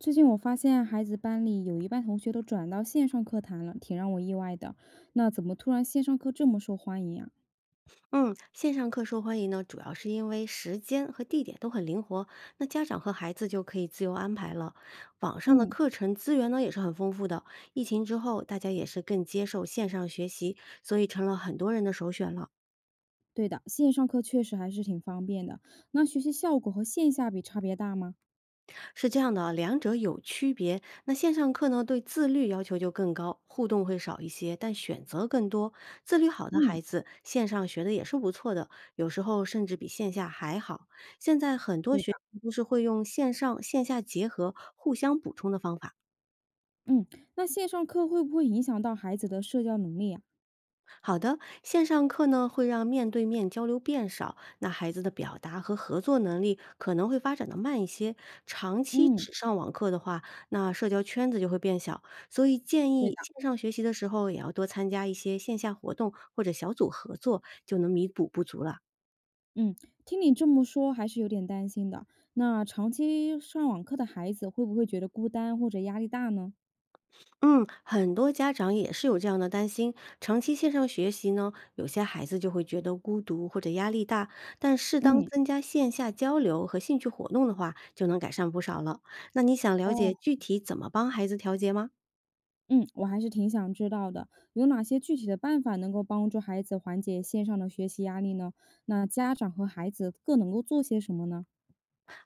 最近我发现孩子班里有一半同学都转到线上课堂了，挺让我意外的。那怎么突然线上课这么受欢迎啊？嗯，线上课受欢迎呢，主要是因为时间和地点都很灵活，那家长和孩子就可以自由安排了。网上的嗯，课程资源呢也是很丰富的，疫情之后大家也是更接受线上学习，所以成了很多人的首选了。对的，线上课确实还是挺方便的。那学习效果和线下比差别大吗？是这样的啊，两者有区别。那线上课呢，对自律要求就更高，互动会少一些，但选择更多。自律好的嗯，孩子，线上学的也是不错的，有时候甚至比线下还好。现在很多对的。学校都是会用线上线下结合、互相补充的方法。嗯，那线上课会不会影响到孩子的社交能力啊？好的，线上课呢会让面对面交流变少，那孩子的表达和合作能力可能会发展的慢一些。长期嗯，只上网课的话，那社交圈子就会变小，所以建对的。议线上学习的时候也要多参加一些线下活动或者小组合作，就能弥补不足了。嗯，听你这么说还是有点担心的。那长期上网课的孩子会不会觉得孤单或者压力大呢？嗯，很多家长也是有这样的担心。长期线上学习呢，有些孩子就会觉得孤独或者压力大，但适当嗯，增加线下交流和兴趣活动的话，就能改善不少了。那你想了哦，解具体怎么帮孩子调节吗？嗯，我还是挺想知道的，有哪些具体的办法能够帮助孩子缓解线上的学习压力呢？那家长和孩子各能够做些什么呢？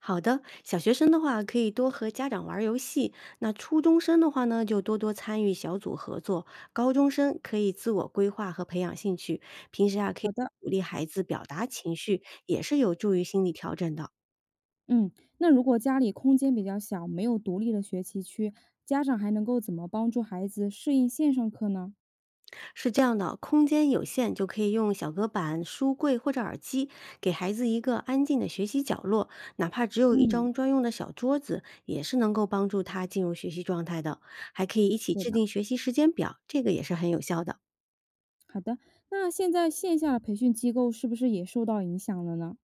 好的，小学生的话可以多和家长玩儿游戏，那初中生的话呢，就多多参与小组合作，高中生可以自我规划和培养兴趣，平时啊可好以。的，鼓励孩子表达情绪，也是有助于心理调整的哦。嗯，那如果家里空间比较小，没有独立的学习区，家长还能够怎么帮助孩子适应线上课呢？是这样的，空间有限，就可以用小隔板、书柜或者耳机，给孩子一个安静的学习角落，哪怕只有一嗯，张专用的小桌子，也是能够帮助他进入学习状态的。还可以一起对制的，定学习时间表，这个也是很有效的。好的。那现在线下的培训机构是不是也受到影响了呢？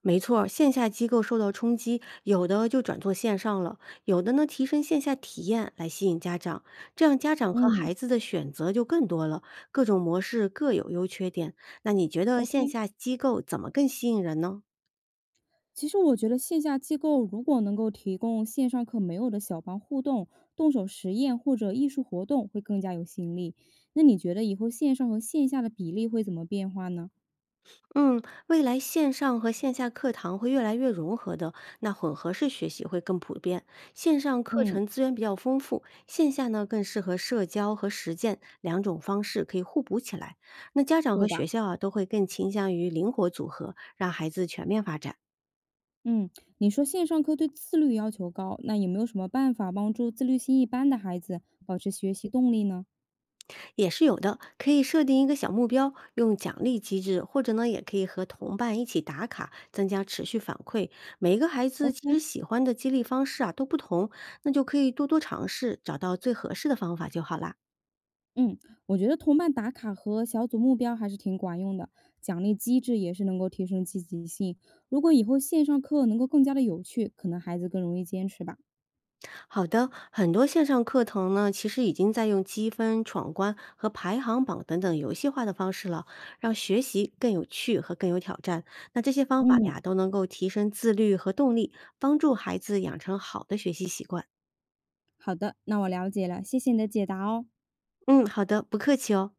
没错儿，线下机构受到冲击，有的就转做线上了，有的呢提升线下体验来吸引家长，这样家长和嗯孩子的选择就更多了，各种模式各有优缺点。那你觉得线，OK。下机构怎么更吸引人呢？其实我觉得线下机构如果能够提供线上课没有的小班互动、动手实验或者艺术活动，会更加有吸引力。那你觉得以后线上和线下的比例会怎么变化呢？嗯，未来线上和线下课堂会越来越融合的，那混合式学习会更普遍。线上课嗯，程资源比较丰富，线下呢更适合社交和实践，两种方式可以互补起来。那家长对和的。学校啊都会更倾向于灵活组合，让孩子全面发展。嗯，你说线上课对自律要求高，那有没有什么办法帮助自律性一般的孩子保持学习动力呢也是有的，可以设定一个小目标，用奖励机制，或者呢，也可以和同伴一起打卡，增加持续反馈。每个孩子其实？OK，喜欢的激励方式啊都不同，那就可以多多尝试，找到最合适的方法就好啦。嗯，我觉得同伴打卡和小组目标还是挺管用的，奖励机制也是能够提升积极性。如果以后线上课能够更加的有趣，可能孩子更容易坚持吧。好的，很多线上课程呢，其实已经在用积分、闯关和排行榜等等游戏化的方式了，让学习更有趣和更有挑战。那这些方法嗯，呀，都能够提升自律和动力，帮助孩子养成好的学习习惯。好的，那我了解了，谢谢你的解答哦。嗯，好的，不客气哦。